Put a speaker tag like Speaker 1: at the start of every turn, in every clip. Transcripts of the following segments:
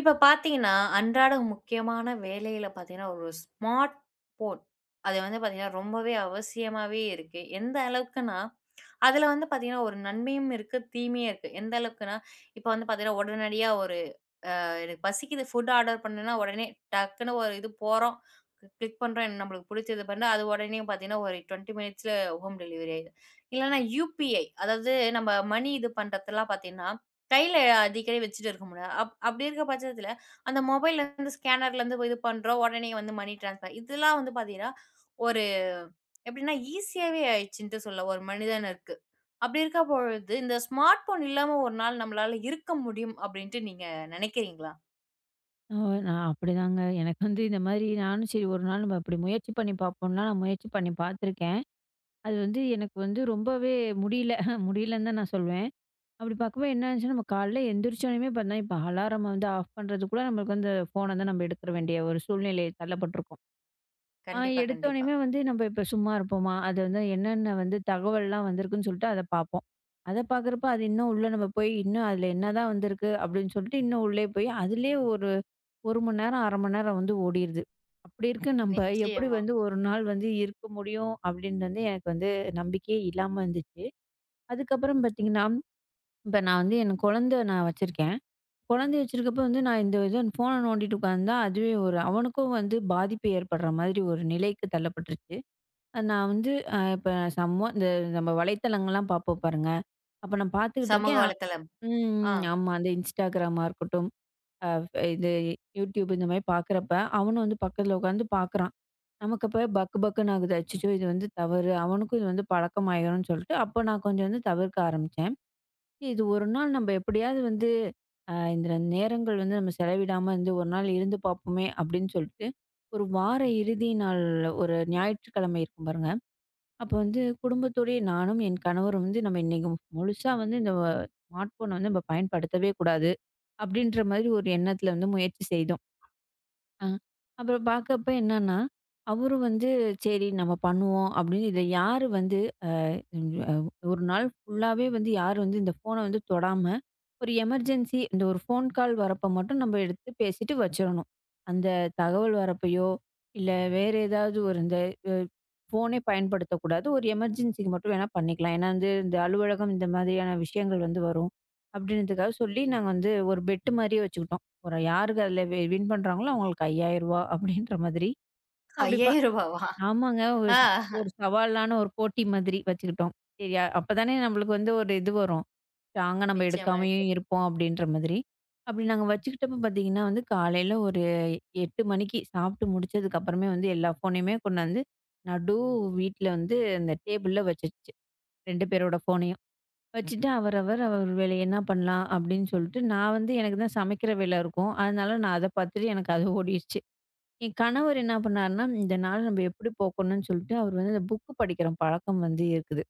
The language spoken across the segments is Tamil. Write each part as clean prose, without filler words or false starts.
Speaker 1: இப்ப பார்த்தீங்கன்னா, அன்றாட முக்கியமான வேலையில பார்த்தீங்கன்னா, ஒரு ஸ்மார்ட் போன் அது வந்து பார்த்தீங்கன்னா, ரொம்பவே அவசியமாவே இருக்கு. எந்த அளவுக்குன்னா, அதுல வந்து பார்த்தீங்கன்னா, ஒரு நன்மையும் இருக்கு, தீமையும் இருக்கு. எந்த அளவுக்குன்னா, இப்ப வந்து பார்த்தீங்கன்னா, உடனடியா ஒரு எனக்கு பசிக்குது ஃபுட் ஆர்டர் பண்ணேன்னா உடனே டக்குன்னு ஒரு இது போறோம். கிளிக் பண்றோம். நம்மளுக்கு பிடிச்சது பண்ண அது உடனே பார்த்தீங்கன்னா, ஒரு 20 மினிட்ஸ்ல ஹோம் டெலிவரி ஆயிடுது. இல்லன்னா யுபிஐ அதாவது நம்ம மணி இது பண்றதெல்லாம் பார்த்தீங்கன்னா, கையில அடிக்கடி வச்சுட்டு இருக்க முடியாது. அப்படி இருக்க பட்சத்தில, அந்த மொபைல்லேருந்து ஸ்கேனர்லேருந்து இது பண்றோம். உடனே வந்து மணி ட்ரான்ஸ்ஃபர் இதெல்லாம் வந்து பார்த்தீங்கன்னா, ஒரு எப்படின்னா ஈஸியாவே ஆயிடுச்சுன்ட்டு சொல்ல ஒரு மனிதனுக்கு. அப்படி இருக்க பொழுது, இந்த ஸ்மார்ட் போன் இல்லாம ஒரு நாள் நம்மளால இருக்க முடியும் அப்படின்ட்டு நீங்க நினைக்கிறீங்களா?
Speaker 2: ஓ! நான் அப்படிதாங்க. எனக்கு வந்து இந்த மாரி நானும் சரி ஒரு நாள் நம்ம அப்படி முயற்சி பண்ணி பார்ப்போம்லாம், நான் முயற்சி பண்ணி பார்த்துருக்கேன். அது வந்து எனக்கு வந்து ரொம்பவே முடியல முடியலன்னு தான் நான் சொல்வேன். அப்படி பார்க்கும்போது என்ன ஆச்சுன்னா, நம்ம காலைல எந்திரிச்சோனையுமே பார்த்தா, இப்போ அலாரம் வந்து ஆஃப் பண்ணுறது கூட நம்மளுக்கு வந்து ஃபோன தான் நம்ம எடுத்துற வேண்டிய ஒரு சூழ்நிலை தள்ளப்பட்டுருக்கோம். ஆ,
Speaker 1: கண்டிப்பா, கண்டிப்பா.
Speaker 2: எடுத்தோனையுமே வந்து நம்ம இப்ப சும்மா இருப்போமா? அது வந்து என்னென்ன வந்து தகவல்லாம் வந்திருக்குன்னு சொல்லிட்டு அத பார்ப்போம். அத பார்க்குறப்ப அது இன்னும் உள்ள நம்ம போய் இன்னும் அதுல என்னதான் வந்திருக்கு அப்படின்னு சொல்லிட்டு இன்னும் உள்ளே போய் அதுலயே ஒரு 1 மணி நேரம், 1/2 மணி நேரம் வந்து ஓடிருது. அப்படி இருக்க நம்ம எப்படி
Speaker 1: நிச்சயமா.
Speaker 2: வந்து ஒரு நாள் வந்து இருக்க முடியும் அப்படின்னு வந்து எனக்கு வந்து நம்பிக்கையே இல்லாம இருந்துச்சு. அதுக்கப்புறம் பார்த்தீங்கன்னா, இப்ப நான் வந்து என் குழந்தை நான் வச்சிருக்கேன். குழந்தை வச்சிருக்கப்ப வந்து நான் இந்த இது ஃபோன நோண்டிட்டு உட்கார்ந்தா அதுவே ஒரு அவனுக்கும் வந்து பாதிப்பு ஏற்படுற மாதிரி ஒரு நிலைக்கு தள்ளப்பட்டுருச்சு. நான் வந்து இப்ப சம்மோ இந்த நம்ம வலைத்தளங்கள்லாம் பார்ப்போம் பாருங்க. அப்ப நான் பார்த்துக்கிட்டு
Speaker 1: சமூக
Speaker 2: இருக்கேன்.
Speaker 1: வலைத்தளம். ஆ.
Speaker 2: ம். ஆமா. அந்த Instagramமா இருக்கட்டும், அ இது YouTube இந்த மாரி பார்க்குறப்ப, அவனும் வந்து பக்கத்துல உட்காந்து பார்க்குறான். நமக்கு அப்ப பக்கு பக்குன்னு ஆகுது. அச்சச்சோ! இது வந்து தவறு. அவனுக்கும் இது வந்து பழக்கமாயிரும்ன்னு சொல்லிட்டு, அப்போ நான் கொஞ்சம் வந்து தவிர்க்க ஆரம்பிச்சேன். இது ஒரு நாள் நம்ம எப்படியாவது வந்து இந்த நேரங்கள் வந்து நம்ம செலவிடாம இருந்து ஒரு நாள் இருந்து பார்ப்போமே! அப்படின்னு சொல்லிட்டு, ஒரு வார இறுதி நாள் ஒரு ஞாயிற்றுக்கிழமை இருக்கும் பாருங்க. அப்ப வந்து குடும்பத்தோடயே நானும், என் கணவரும் வந்து நம்ம இன்னைக்கு முழுசா வந்து இந்த ஸ்மார்ட் ஃபோன வந்து நம்ம பயன்படுத்தவே கூடாது. அப்படின்ற மாதிரி ஒரு எண்ணத்துல வந்து முயற்சி செய்தோம். அ அப்புறம் பார்க்கப்ப என்னன்னா, அவரும் வந்து சரி நம்ம பண்ணுவோம் அப்படின்னு இதில யாரு வந்து ம், அ ஒரு நாள் ஃபுல்லாவே வந்து யாரும் வந்து இந்த ஃபோன வந்து தொடாம, ஒரு எமர்ஜென்சி இந்த ஒரு ஃபோன் கால் வரப்ப மட்டும் நம்ம எடுத்து பேசிட்டு வச்சிரணும். அந்த தகவல் வரப்பயோ, இல்ல வேற ஏதாவது ஒரு இந்த அ ஃபோனே பயன்படுத்தக்கூடாது. ஒரு எமர்ஜென்சிக்கு மட்டும் வேணா பண்ணிக்கலாம். ஏன்னா வந்து இந்த அலுவலகம் இந்த மாதிரியான விஷயங்கள் வந்து வரும். அப்படின்றதுக்காக சொல்லி நாங்க வந்து ஒரு பெட் மாரியே வச்சுக்கிட்டோம். ஒரு யாருக்கு அதில வின் பண்றாங்களோ அவங்களுக்கு ரூ. 5000 அப்படின்ற மாதிரி.
Speaker 1: ரூ.
Speaker 2: அப்படி ப
Speaker 1: 5,000வா?
Speaker 2: ஆமாங்க.
Speaker 1: ஆ.
Speaker 2: ஒரு சவாலான ஒரு போட்டி மாதிரி வச்சுக்கிட்டோம். சரி அப்பதானே நம்மளுக்கு வந்து ஒரு இது வரும். ஸ்ட்ராங்கா நம்ம
Speaker 1: நிச்சயமா,
Speaker 2: எடுக்காமயும்
Speaker 1: நிச்சயம்.
Speaker 2: இருப்போம் அப்படின்ற மாதிரி. அப்படி நாங்க வச்சுக்கிட்டப்ப பார்த்தீங்கன்னா வந்து காலையில ஒரு 8 மணிக்கு சாப்பிட்டு முடிச்சதுக்கு அப்புறமே வந்து எல்லா ஃபோனையுமே கொண்டாந்து நடு வீட்ல வந்து அந்த டேபிள்ல வச்சுருச்சு. 2 பேரோட ஃபோனையும். வச்சுட்டு அவரவர் வேலைய என்ன பண்ணலாம் அப்படின்னு சொல்லிட்டு நான் வந்து எனக்கு தான் சமைக்கிற வேலை இருக்கும். அதனால நான் அத பார்த்துட்டு எனக்கு அது ஓடிருச்சு. என் கணவர் என்ன பண்ணாருன்னா, இந்த நாள் நம்ம எப்படி போக்கணும்னு சொல்லிட்டு, அவர் வந்து அந்த புக்கு படிக்கிற பழக்கம் வந்து இருக்குது.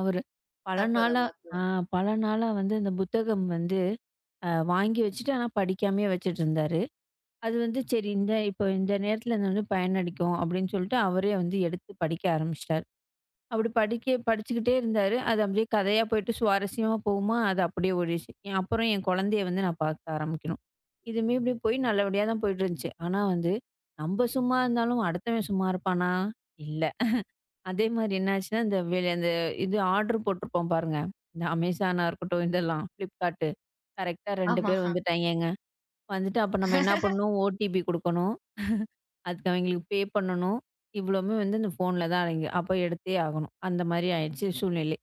Speaker 2: அவரு பல நாளா
Speaker 1: அற்புதம்,
Speaker 2: ஆ
Speaker 1: அற்புதம்.
Speaker 2: பல நாளா வந்து அந்த புத்தகம் வந்து வாங்கி வச்சுட்டு, ஆனா படிக்காமயே வச்சுட்டுருந்தாரு. அது வந்து சரி இந்த இப்போ இந்த நேரத்தில இது வந்து பயனளிக்கும் அப்படின்னு சொல்லிட்டு, அவரே வந்து எடுத்து படிக்க ஆரம்பிச்சுட்டாரு. அப்படி படிக்க படிச்சுக்கிட்டே இருந்தாரு. அது அப்படியே கதையா போயிட்டு சுவாரஸ்யமா போகுமா, அது அப்படியே ஓடிடுச்சு. அப்புறம் என் குழந்தைய வந்து நான் பார்க்க ஆரம்பிக்கணும். இதுவுமே இப்படி போய் நல்லபடியா தான் போயிட்டுருந்துச்சு. ஆனா வந்து, நம்ப சும்மா இருந்தாலும் அடுத்தவன் சும்மா இருப்பானா? இல்ல. அதே மாரி என்ன ஆச்சுன்னா, இந்த வெளி அந்த இது ஆர்டர் போட்டிருப்போம் பாருங்க. இந்த அமேசானா இருக்கட்டும், இதெல்லாம் ஃப்ளிப்கார்ட்டு. கரெக்ட்டா 2
Speaker 1: ஆமா.
Speaker 2: பேர் வந்துட்டாய்ங்கங்க. வந்துட்டு அப்ப நம்ம என்ன பண்ணணும், ஓடிபி குடுக்கணும். அதுக்கு அவைங்களுக்கு பண்ணணும். இவ்வளவுமே வந்து இந்த ஃபோன்ல தான் அடங்கி அப்ப எடுத்தே ஆகணும். அந்த மாரி ஆயிடுச்சு சூழ்நிலை.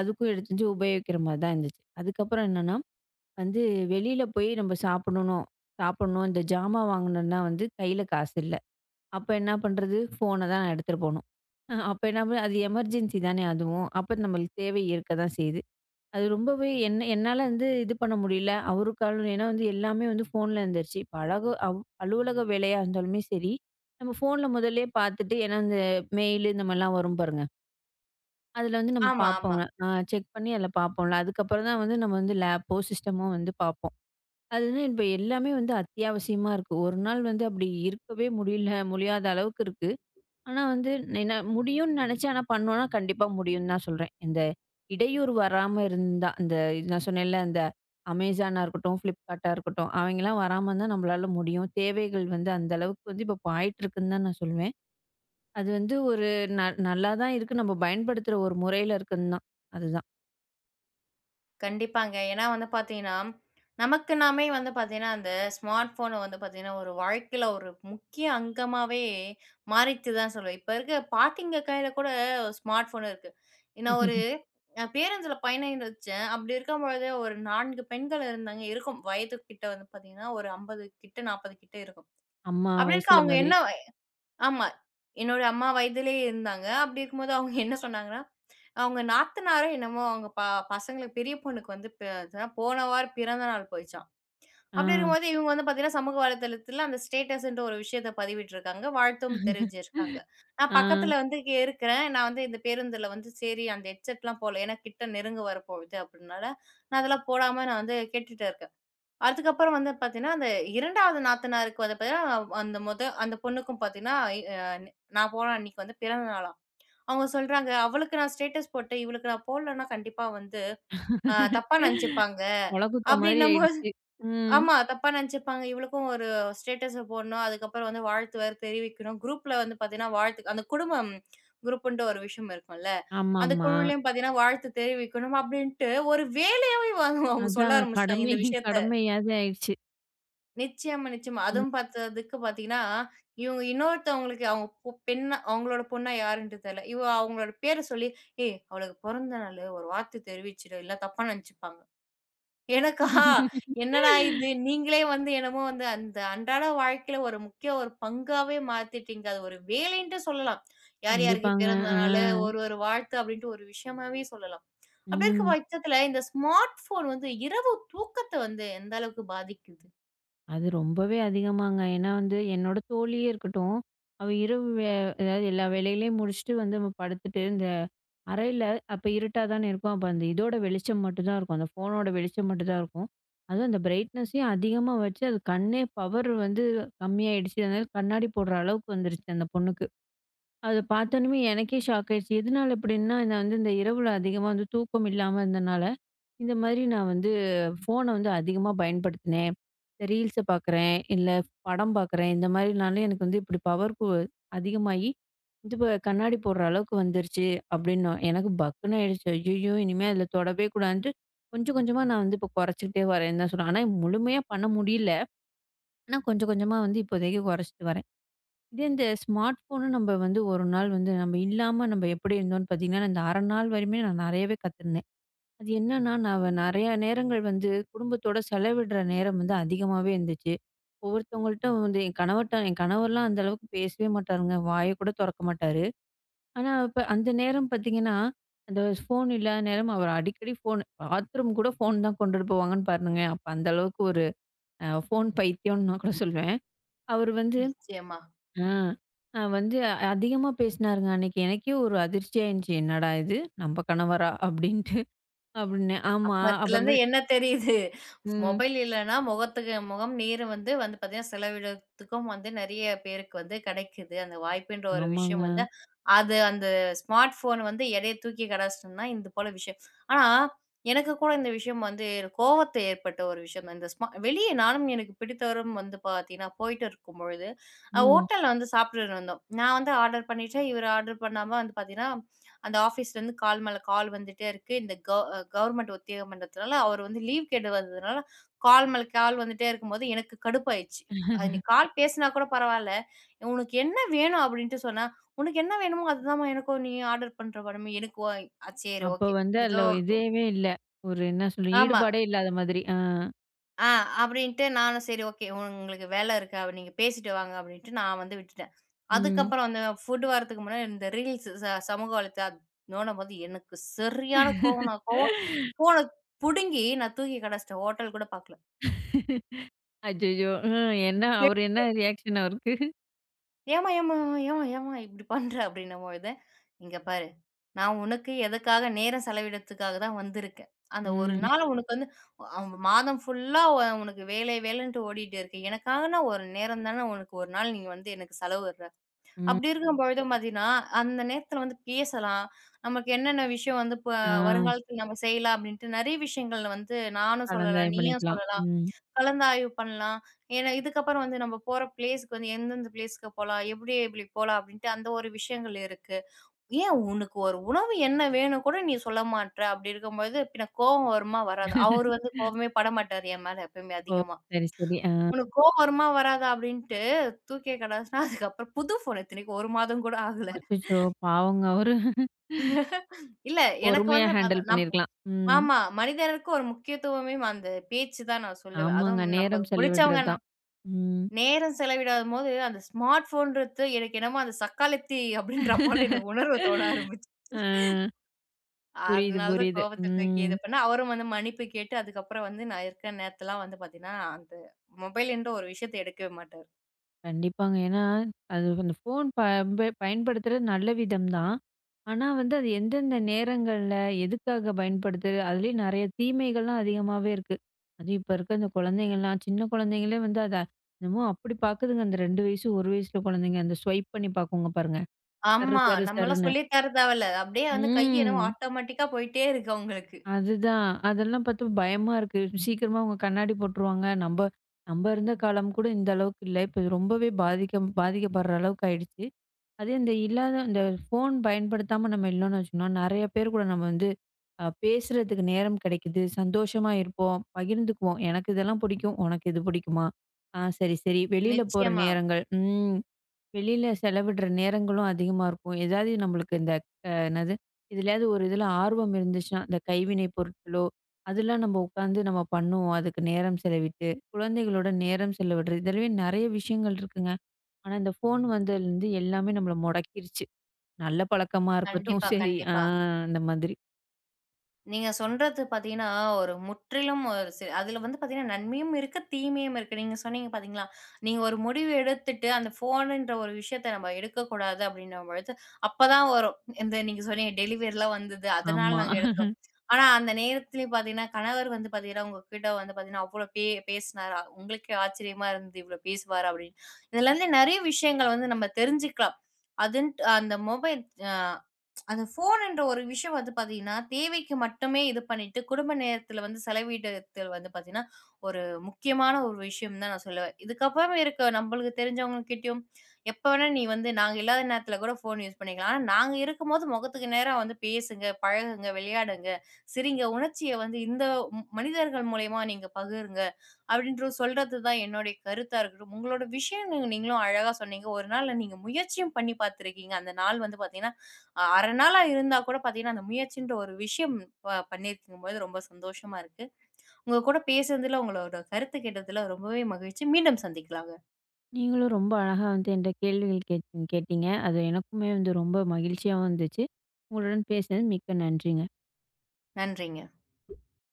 Speaker 2: அதுக்கும் எடுத்து வந்து உபயோகிக்கிற மாரி தான் இருந்துச்சு. அதுக்கப்புறம் என்னன்னா, வந்து வெளியில போய் நம்ம சாப்பிடணும் சாப்பிடணும். இந்த ஜாமான் வாங்கணும்னா வந்து கையில காசு இல்ல. அப்ப என்ன பண்றது? ஃபோன தான் நான் எடுத்துட்டு போணும். அப்ப என்ன பண்ண அது எமர்ஜென்சி தானே அதுவும். அப்ப நம்மளுக்கு தேவை இருக்க தான் செய்யுது. அது ரொம்பவே என்ன என்னால வந்து இது பண்ண முடியல. அவருக்காலும் ஏன்னா வந்து எல்லாமே வந்து ஃபோன்ல இருந்துருச்சு. இப்ப அழகு அவ் அலுவலக வேலையா இருந்தாலுமே சரி, நம்ம ஃபோன்ல முதல்லயே பார்த்துட்டு ஏன்னா இந்த மெயில் இந்த மாரிலாம் வரும் பாருங்க. அதுல வந்து நம்ம
Speaker 1: ஆமா, ஆமா.
Speaker 2: பார்ப்போம்ல. ஆ, செக் பண்ணி அதுல பார்ப்போம்ல. அதுக்கப்புறம் தான் வந்து நம்ம வந்து லேப்போ, சிஸ்டமோ வந்து பார்ப்போம். அது வந்து இப்ப எல்லாமே வந்து அத்தியாவசியமா இருக்கு. ஒரு நாள் வந்து அப்படி இருக்கவே முடியல முடியாத அளவுக்கு இருக்கு. ஆனா வந்து என்ன முடியும்னு நினைச்சு ஆனா பண்ணோம்னா கண்டிப்பா முடியும்னு தான் சொல்றேன். இந்த இடையூறு வராம இருந்தா, இந்த நான் சொன்னேன்ல இந்த Amazonஆ இருக்கட்டும், Flipkartஆ இருக்கட்டும், அவங்கலாம் வராம இருந்தா நம்மளால முடியும். தேவைகள் வந்து அந்த அளவுக்கு வந்து இப்ப ஆயிட்டு இருக்குன்னு தான் நான் சொல்வேன். அது வந்து ஒரு ந நல்லா தான் இருக்கு. நம்ம பயன்படுத்துற ஒரு முறையில இருக்குன்னு தான். அதுதான்.
Speaker 1: கண்டிப்பாங்க. ஏன்னா வந்து பார்த்தீங்கன்னா, நமக்கு நாமே வந்து பார்த்தீங்கன்னா, அந்த ஸ்மார்ட் ஃபோன வந்து பார்த்தீங்கன்னா, ஒரு வாழ்க்கையில ஒரு முக்கிய அங்கமாவே மாறிச்சு தான் சொல்லுவேன். இப்ப இருக்க பாட்டிங்க கையில கூட ஸ்மார்ட் ஃபோன் இருக்கு. நான் ஒரு பேருந்துல பயணிச்சேன். அப்படி இருக்கும்பொழுது ஒரு 4 பெண்கள் இருந்தாங்க. இருக்கும் வயது கிட்ட வந்து பார்த்தீங்கன்னா, ஒரு 50 கிட்ட 40 கிட்ட இருக்கும்.
Speaker 2: அம்மா
Speaker 1: அப்படி இருக்க
Speaker 2: வயசுல
Speaker 1: அவங்க
Speaker 2: மாதிரி.
Speaker 1: என்ன ஆமா. என்னோட அம்மா வயதிலேயே இருந்தாங்க. அப்படி இருக்கும்போது அவங்க என்ன சொன்னாங்கன்னா, அவங்க நாத்தனாரோ என்னமோ அவங்க பசங்களுக்கு பெரிய பொண்ணுக்கு வந்து போன வாரம் பிறந்த நாள் போயிச்சாம்.
Speaker 2: ஆ,
Speaker 1: அப்படி இருக்கும்போது இவங்க வந்து பார்த்தீங்கன்னா, சமூக வலைதளத்தில அந்த ஸ்டேட்டஸ்ன்ற ஒரு விஷயத்த பதிவிட்டுருக்காங்க. வாழ்த்தும் தெரிவிச்சிருக்காங்க. நான்
Speaker 2: ஆ.
Speaker 1: பக்கத்தில வந்து இங்க இருக்கிறேன். நான் வந்து இந்த பேருந்தில வந்து சரி அந்த ஹெட்செட்லாம் போடல. ஏன்னா கிட்ட நெருங்க வரப்போகுது அப்படினால, நான் அதெல்லாம் போடாம நான் வந்து கேட்டுட்டு இருக்கேன். அதுக்கப்புறம் வந்து பார்த்தீங்கன்னா, அந்த 2வது நாத்தனாருக்கு வந்து பார்த்தீங்கன்னா, அந்த அந்த பொண்ணுக்கும் பார்த்தீங்கன்னா, அ நான் போன அன்னைக்கு வந்து பிறந்த நாளாம். அவங்க சொல்றாங்க, "அவளுக்கு நான் ஸ்டேட்டஸ் போட்டேன். இவளுக்கு நான் போடலன்னா கண்டிப்பா வந்து தப்பா நெனச்சுப்பாங்க."
Speaker 2: மொளகுத்த மாரி
Speaker 1: அப்படின்னும்போது
Speaker 2: ஆயிடுச்சு. ம்.
Speaker 1: ஆமா. தப்பா நெனச்சுப்பாங்க. இவளுக்கும் ஒரு ஸ்டேட்டஸ போடணும். அதுக்கப்புறம் வந்து வாழ்த்து வேற தெரிவிக்கணும். குரூப்ல வந்து பார்த்தீங்கன்னா, வாழ்த்து அந்த குடும்பம் குரூப்புன்ட்டு ஒரு விஷயம் இருக்கும்ல. அந்த
Speaker 2: ஆமாமா.
Speaker 1: குழுலயும் பார்த்தீங்கன்னா, வாழ்த்து தெரிவிக்கணும் அப்படின்ட்டு ஒரு வேலையாவே அவங்க அவங்க சொல்ல
Speaker 2: அதான்
Speaker 1: ஆரம்பிச்சுட்டாங்க
Speaker 2: கடமை
Speaker 1: இந்த விஷயத்த.
Speaker 2: கடமையாவது ஆயிடுச்சு.
Speaker 1: நிச்சயமா, நிச்சயமா.
Speaker 2: ம்.
Speaker 1: அதுவும் பார்த்ததுக்கு பார்த்தீங்கன்னா, இவங்க இன்னொருத்தவங்களுக்கு அவங்க பெண்ணா அவங்களோட பொண்ணா யாருன்ட்டு தெரியல. அவங்களோட பேர சொல்லி, "ஏய் அவளுக்கு பிறந்த நாளு ஒரு வார்த்தை தெரிவிச்சுடு, இல்ல தப்பா நெனச்சுப்பாங்க." எனக்கா? என்னடா இது? நீங்களே வந்து என்னமோ வந்து அந்த அன்றாட வாழ்க்கையில ஒரு முக்கிய ஒரு பங்காவே மாத்திட்டீங்க. அது ஒரு வேலைன்ட்டு சொல்லலாம். யார் யாருக்கு
Speaker 2: கண்டிப்பாங்க.
Speaker 1: பிறந்த
Speaker 2: ஆ.
Speaker 1: நாளு, ஒரு ஒரு வாழ்த்து அப்படின்ட்டு ஒரு விஷயமாவே சொல்லலாம். அப்படி இருக்க
Speaker 2: ம்.
Speaker 1: பட்சத்துல இந்த ஸ்மார்ட் ஃபோன் வந்து இரவு தூக்கத்த வந்து எந்த அளவுக்கு பாதிக்குது?
Speaker 2: அது ரொம்பவே அதிகமாங்க. ஏன்னா வந்து என்னோட தோழியே இருக்கட்டும், அவ இரவு வே அதாவது எல்லா வேலைகளையும் முடிச்சுட்டு வந்து நம்ம படுத்துட்டு, இந்த அறையில அப்ப இருட்டா தானே இருக்கும். அப்ப அந்த இதோட வெளிச்சம் மட்டும் தான் இருக்கும். அந்த ஃபோனோட வெளிச்சம் மட்டும் தான் இருக்கும். அதுவும் அந்த பிரைட்னஸையும் அதிகமா வச்சு, அது கண்ணே பவர் வந்து கம்மியாயிடுச்சு. அதனால கண்ணாடி போடுற அளவுக்கு வந்துருச்சு அந்த பொண்ணுக்கு. அத பார்த்தோனமே எனக்கே ஷாக் ஆயிடுச்சு. எதனால இப்படின்னா, நான் வந்து இந்த இரவுல அதிகமா வந்து தூக்கம் இல்லாம இருந்தனால. இந்த மாதிரி நான் வந்து ஃபோன வந்து அதிகமா பயன்படுத்தினேன். இந்த ரீல்ஸ பார்க்குறேன், இல்ல படம் பார்க்குறேன். இந்த மாதிரினாலே எனக்கு வந்து இப்படி பவர் கு அதிகமாகி, இது ப கண்ணாடி போடுற அளவுக்கு வந்துருச்சு அப்படின்னும். எனக்கு பக்குன்னு ஆயிடுச்சு. ஐயய்யோ! இனிமே அதில தொடவே கூடாதுன்ட்டு கொஞ்சம் கொஞ்சமா நான் வந்து இப்போ குறைச்சுக்கிட்டே வரேன்னு தான் சொல்லுவேன். ஆனா முழுமையா பண்ண முடியல. ஆனா கொஞ்சம் கொஞ்சமா வந்து இப்போதைக்கு குறைச்சிட்டு வரேன். இதே இந்த ஸ்மார்ட் ஃபோனு நம்ம வந்து ஒரு நாள் வந்து நம்ம இல்லாம நம்ம எப்படி இருந்தோம்னு பார்த்தீங்கன்னா, இந்த அரை நாள் வரையுமே நான் நெறையவே கத்துருந்தேன். அது என்னன்னா, நான் வ நெறையா நேரங்கள் வந்து குடும்பத்தோட செலவிடுற நேரம் வந்து அதிகமாவே இருந்துச்சு. ஒவ்வொருத்தவங்கள்ட்ட வந்து என் கணவர்லாம் அந்த அளவுக்கு பேசவே மாட்டாருங்க. வாய கூட தொறக்க மாட்டாரு. ஆனா, இப்ப அந்த நேரம் பார்த்தீங்கன்னா, அந்த ஃபோன் இல்லாத நேரம் அவர் அடிக்கடி ஃபோன் பாத்ரூம் கூட ஃபோன் தான் கொண்டுட்டு போவாங்கன்னு பாருங்களேன். அப்ப அந்த அளவுக்கு ஒரு ஃபோன் பைத்தியம்னு நான் கூட சொல்வேன். அவர் வந்து
Speaker 1: நிச்சயமா.
Speaker 2: ஆ அ வந்து அ- அதிகமா பேசினாருங்க அன்னைக்கு. எனக்கே ஒரு அதிர்ச்சியா இருந்துச்சு. "என்னடா இது! நம்ம கணவரா?" அப்படின்ட்டு. அப்படின்னு ஆமா.
Speaker 1: அப்பத்துலருந்து
Speaker 2: அப்புறமேல்.
Speaker 1: என்ன தெரியுது?
Speaker 2: ம்.
Speaker 1: மொபைல் இல்லன்னா முகத்துக்கு முகம் நீர் வந்து வந்து பார்த்தீங்கன்னா, செலவிடத்துக்கும் வந்து நெறைய பேருக்கு வந்து கிடைக்குது. அந்த வாய்ப்புன்ற ஒரு
Speaker 2: ஆமாங்க.
Speaker 1: விஷயம் வந்து, அது அந்த ஸ்மார்ட் ஃபோன் வந்து எடைய தூக்கி கடாசிட்டோம்னா, இது போல விஷயம். ஆனா, எனக்கு கூட இந்த விஷயம் வந்து கோவத்த ஏற்பட்ட ஒரு விஷயம் தான். இந்த வெளிய நானும் எனக்கு பிடித்தவரும் வந்து பார்த்தீங்கன்னா, போயிட்டு இருக்கும்பொழுது,
Speaker 2: ம்.
Speaker 1: ஹோட்டல்ல வந்து சாப்பிட்டுட்டு இருந்தோம். நான் வந்து ஆர்டர் பண்ணிட்டேன். இவரு ஆர்டர் பண்ணாம வந்து பார்த்தீங்கன்னா அந்த ஆஃபீஸ்லேருந்து கால் மேல கால் வந்துட்டே இருக்கு. இந்த கவர்மெண்ட் ஒத்திகை பண்றதுனால அவர் வந்து லீவ் கேட்டு வந்ததுனால கால் மேல கால் வந்துட்டே இருக்கும்போது எனக்கு கடுப்பாயிருச்சு. அது நீ கால் பேசினா கூட பரவால்ல. "உனக்கு என்ன வேணும்?" அப்படின்ட்டு சொன்னா, "உனக்கு என்ன வேணுமோ அதுதாம்மா எனக்கும் நீயும் ஆர்டர் பண்ற." படமே எனக்கு சரி
Speaker 2: அப்ப
Speaker 1: ஓகே.
Speaker 2: வந்து
Speaker 1: ஏதோ
Speaker 2: அதுல இதேவே இல்ல. ஒரு என்ன சொல்றது?
Speaker 1: ஆமா.
Speaker 2: ஈடுபாடே இல்லாத மாதிரி. ஆ.
Speaker 1: ஆ அப்படின்ட்டு நானும் சரி ஓகே உங்களுக்கு வேலை இருக்கு அப்ப நீங்க பேசிட்டு வாங்க அப்படின்ட்டு நான் வந்து விட்டுட்டேன்.
Speaker 2: ம்.
Speaker 1: அதுக்கப்புறம் அந்த ஃபுட் வரதுக்கு முன்னாடி இந்த ரீல்ஸ் சமூக வலைத்தளம் நோண்டும்போது எனக்கு சரியான கோவம்னா கோவம். ஃபோன புடுங்கி நான் தூக்கி கட வச்சுட்டேன். ஹோட்டல் கூட பார்க்கல.
Speaker 2: அச்சச்சோ! ம். என்ன அவரு என்ன ரியாக்ஷன் அவருக்கு?
Speaker 1: ஏம்மா, ஏம்மா, ஏம்மா, ஏம்மா இப்படி பண்ற? அப்படின்னம்பொழுது, "இங்க பாரு, நான் உனக்கு எதுக்காக நேரம் செலவிடத்துக்காக தான் வந்திருக்கேன். அந்த ஒரு
Speaker 2: ம்.
Speaker 1: நாள் உனக்கு வந்து அ மாதம் ஃபுல்லா உனக்கு வேலை வேலைன்ட்டு ஓடிட்டு இருக்கு. எனக்காகனா ஒரு நேரம் தானே உனக்கு ஒரு நாள் நீ வந்து எனக்கு செலவிடுற.
Speaker 2: ம்.
Speaker 1: அப்படி இருக்கும்பொழுது பார்த்தீங்கன்னா, அந்த நேரத்தில வந்து பேசலாம். நமக்கு என்னென்ன விஷயம் வந்து
Speaker 2: ஆ.
Speaker 1: வருங்காலத்தில நம்ம செய்யலாம்" அப்படின்ட்டு நிறைய விஷயங்கள் வந்து நானும் சொல்லலாம்,
Speaker 2: கலந்தாய்வு
Speaker 1: நீயும்
Speaker 2: பண்ணிக்கலாம்.
Speaker 1: சொல்லலாம்.
Speaker 2: ம்.
Speaker 1: கலந்தாய்வு பண்ணலாம். ஏன்னா இதுக்கப்புறம் வந்து நம்ம போற பிளேஸ்க்கு வந்து எந்தெந்த பிளேஸ்க்கு போலாம், எப்படி எப்படி போலாம் அப்படின்ட்டு அந்த ஒரு விஷயங்கள் இருக்கு. ஏன் உனக்கு ஒரு உணவு என்ன வேணும் கூட நீ சொல்ல மாட்ற? அப்படி இருக்கும்போது பின்ன கோவம் வருமா? வராதா? அவரு வந்து கோவமே படமாட்டாரு என் மேல எப்பயுமே
Speaker 2: ஓ!
Speaker 1: அதிகமா.
Speaker 2: சரி, சரி. ஆ.
Speaker 1: "உனக்கு கோவம் வருமா? வராதா?" அப்படின்ட்டு தூக்கியே கடாசுனா அதுக்கப்புறம் புது ஃபோன் இத்தனைக்கும் 1 மாதம் கூட ஆகல.
Speaker 2: அச்சச்சோ! பாவங்க அவரு.
Speaker 1: இல்ல எனக்கு
Speaker 2: பொறுமையா
Speaker 1: வந்து பாத்தா
Speaker 2: ஹேண்டில் பண்ணியிருக்கலாம். ம்.
Speaker 1: ஆமா. மனிதருக்கு ஒரு முக்கியத்துவமே அந்த பேச்சு தான் நான் சொல்லுவேன்.
Speaker 2: ஆமாங்க.
Speaker 1: அதுவும்
Speaker 2: நேரம்
Speaker 1: நமக்கு புடிச்சவங்க
Speaker 2: செலவிடுறது தான். ம்.
Speaker 1: நேரம் செலவிடாதபோது, அந்த ஸ்மார்ட் ஃபோன்றது எனக்கு என்னமோ அந்த சக்காளத்தி அப்படின்ற போல எனக்கு உணர்வு தோண ஆரம்பிச்சுச்சு.
Speaker 2: ஆ. புரியுது,
Speaker 1: அதனால தான்
Speaker 2: புரியுது.
Speaker 1: கோவத்த தூக்கி
Speaker 2: ம்.
Speaker 1: இது பண்ணேன். அவரும் வந்து மன்னிப்பு கேட்டு, அதுக்கப்புறம் வந்து நான் இருக்கிற நேரத்துலலாம் வந்து பார்த்தீங்கன்னா, அந்த மொபைல்ன்ற ஒரு விஷயத்த எடுக்கவே மாட்டாரு.
Speaker 2: கண்டிப்பாங்க. ஏன்னா, அது அந்த ஃபோன் பம்ப பயன்படுத்துறது நல்ல விதம் தான். ஆனா வந்து அது எந்தெந்த நேரங்கள்ல, எதுக்காக பயன்படுத்துது? அதுலயும் நெறைய தீமைகள்லாம் அதிகமாவே இருக்கு. அதுவும் இப்ப இருக்க இந்த குழந்தைங்கலாம், சின்ன குழந்தைங்களே வந்து அத என்னமோ அப்படி பாக்குதுங்க. அந்த 2 வயசு, 1 வயசுல குழந்தைங்க. அந்த ஸ்வைப் பண்ணி பாக்குங்க பாருங்க. சரு
Speaker 1: ஆமா.
Speaker 2: சரு
Speaker 1: நம்மலாம்
Speaker 2: சருன்னு.
Speaker 1: சொல்லி தர தேவையில்ல. அப்படியே வந்து கை என்னமோ
Speaker 2: ம்.
Speaker 1: ஆட்டோமேட்டிக்கா போயிட்டே இருக்கு அவங்களுக்கு.
Speaker 2: அதுதான். அதெல்லாம் பாத்து பயமா இருக்கு. சீக்கிரமா அவங்க கண்ணாடி போட்டுருவாங்க. நம்ப நம்ப இருந்த காலம் கூட இந்த அளவுக்கு இல்ல. இப்ப ரொம்பவே பாதிக்கப்படுற அளவுக்கு ஆயிடுச்சு. அதே இந்த இல்லாத இந்த ஃபோன் பயன்படுத்தாம நம்ம இல்லோன்னு வச்சுக்கோங்களேன், நெறைய பேர் கூட நம்ம வந்து பேசுறதுக்கு நேரம் கிடைக்குது. சந்தோஷமா இருப்போம். பகிர்ந்துக்குவோம். "எனக்கு இதெல்லாம் பிடிக்கும். உனக்கு இது பிடிக்குமா? ஆ சரி, சரி." வெளியில போற
Speaker 1: நிச்சயமா.
Speaker 2: நேரங்கள். ம். வெளியில செலவிடுற நேரங்களும் அதிகமா இருக்கும். ஏதாவது நம்மளுக்கு இந்த என்னது? இதுலயாவது ஒரு இதில ஆர்வம் இருந்துச்சுன்னா, இந்த கைவினை பொருட்களோ, அதெல்லாம் நம்ம உட்காந்து நம்ம பண்ணுவோம். அதுக்கு நேரம் செலவிட்டு, குழந்தைகளோட நேரம் செலவிடுறது. இதுலயே நெறைய விஷயங்கள் இருக்குங்க. ஆனா, இந்த ஃபோன் வந்ததுலருந்து எல்லாமே நம்மள முடக்கிருச்சு. நல்ல பழக்கமா இருக்கட்டும்
Speaker 1: கண்டிப்பா,
Speaker 2: சரி. ஆ,
Speaker 1: கண்டிப்பா.
Speaker 2: அந்த மாதிரி.
Speaker 1: நீங்க சொல்றது பார்த்தீங்கன்னா, ஒரு முற்றிலும் ஒரு அதில வந்து பார்த்தீங்கன்னா, நன்மையும் இருக்கு, தீமையும் இருக்கு. நீங்க சொன்னீங்க பார்த்தீங்களா? நீங்க ஒரு முடிவு எடுத்துட்டு, அந்த ஃபோனுன்ற ஒரு விஷயத்த நம்ம எடுக்கக்கூடாது அப்டின்னும் பொழுது, அப்பதான் வரும். இந்த நீங்க சொன்னீங்க டெலிவரிலாம் வந்தது. அதனால
Speaker 2: ஆமா.
Speaker 1: நாங்க எடுத்தோம். ஆனா, அந்த நேரத்திலயும் பார்த்தீங்கன்னா, கணவர் வந்து பார்த்தீங்கன்னா, உங்ககிட்ட வந்து பார்த்தீங்கன்னா, அவ்ளோ பேசினாரா? உங்களுக்கே ஆச்சரியமா இருந்தது, இவ்ளோ பேசுவாரா? அப்டின்னு. இதுலருந்து நெறைய விஷயங்கள் வந்து நம்ம தெரிஞ்சுக்கலாம். அதுன்ட்டு அந்த மொபைல் அ அந்த ஃபோனுன்ற ஒரு விஷயம் வந்து பார்த்தீங்கன்னா, தேவைக்கு மட்டுமே இது பண்ணிட்டு, குடும்ப நேரத்தில வந்து செலவிடத்தில் வந்து பார்த்தீங்கன்னா, ஒரு முக்கியமான ஒரு விஷயம் தான் நான் சொல்லுவேன். இதுக்கப்புறம் இருக்க நம்மளுக்கு தெரிஞ்சவங்ககிட்டயும், எப்ப வேணா நீ வந்து நாங்க இல்லாத நேரத்தில கூட ஃபோன் யூஸ் பண்ணிக்கலாம். ஆனா, நாங்க இருக்கும்போது முகத்துக்கு நேரா வந்து பேசுங்க, பழகுங்க, விளையாடுங்க, சிரிங்க, உணர்ச்சிய வந்து இந்த மனிதர்கள் மூலியமா நீங்க பகிருங்க, அப்படின்ற சொல்றது தான் என்னுடைய கருத்தா இருக்கட்டும். உங்களோட விஷயம் நீங்க- நீங்களும் அழகா சொன்னீங்க. ஒரு நாள் நீங்க முயற்சியும் பண்ணி பார்த்துருக்கீங்க. அந்த நாள் வந்து பார்த்தீங்கன்னா அரை நாளா இருந்தா கூட பார்த்தீங்கன்னா, அந்த முயற்சின்ற ஒரு விஷயம் பண்ணியிருக்கும்போது ரொம்ப சந்தோஷமா இருக்கு. உங்க கூட பேசுனதுல, உங்களோட கருத்து கேட்டதுல ரொம்பவே மகிழ்ச்சி. மீண்டும் சந்திக்கலாங்க.
Speaker 2: நீங்களும் ரொம்ப அழகா வந்து என்ட்ட கேள்விகள் கேட் கேட்டீங்க. அது எனக்குமே வந்து ரொம்ப மகிழ்ச்சியாவும் இருந்துச்சு. உங்களுடன் பேசினது மிக்க நன்றிங்க.
Speaker 1: நன்றிங்க.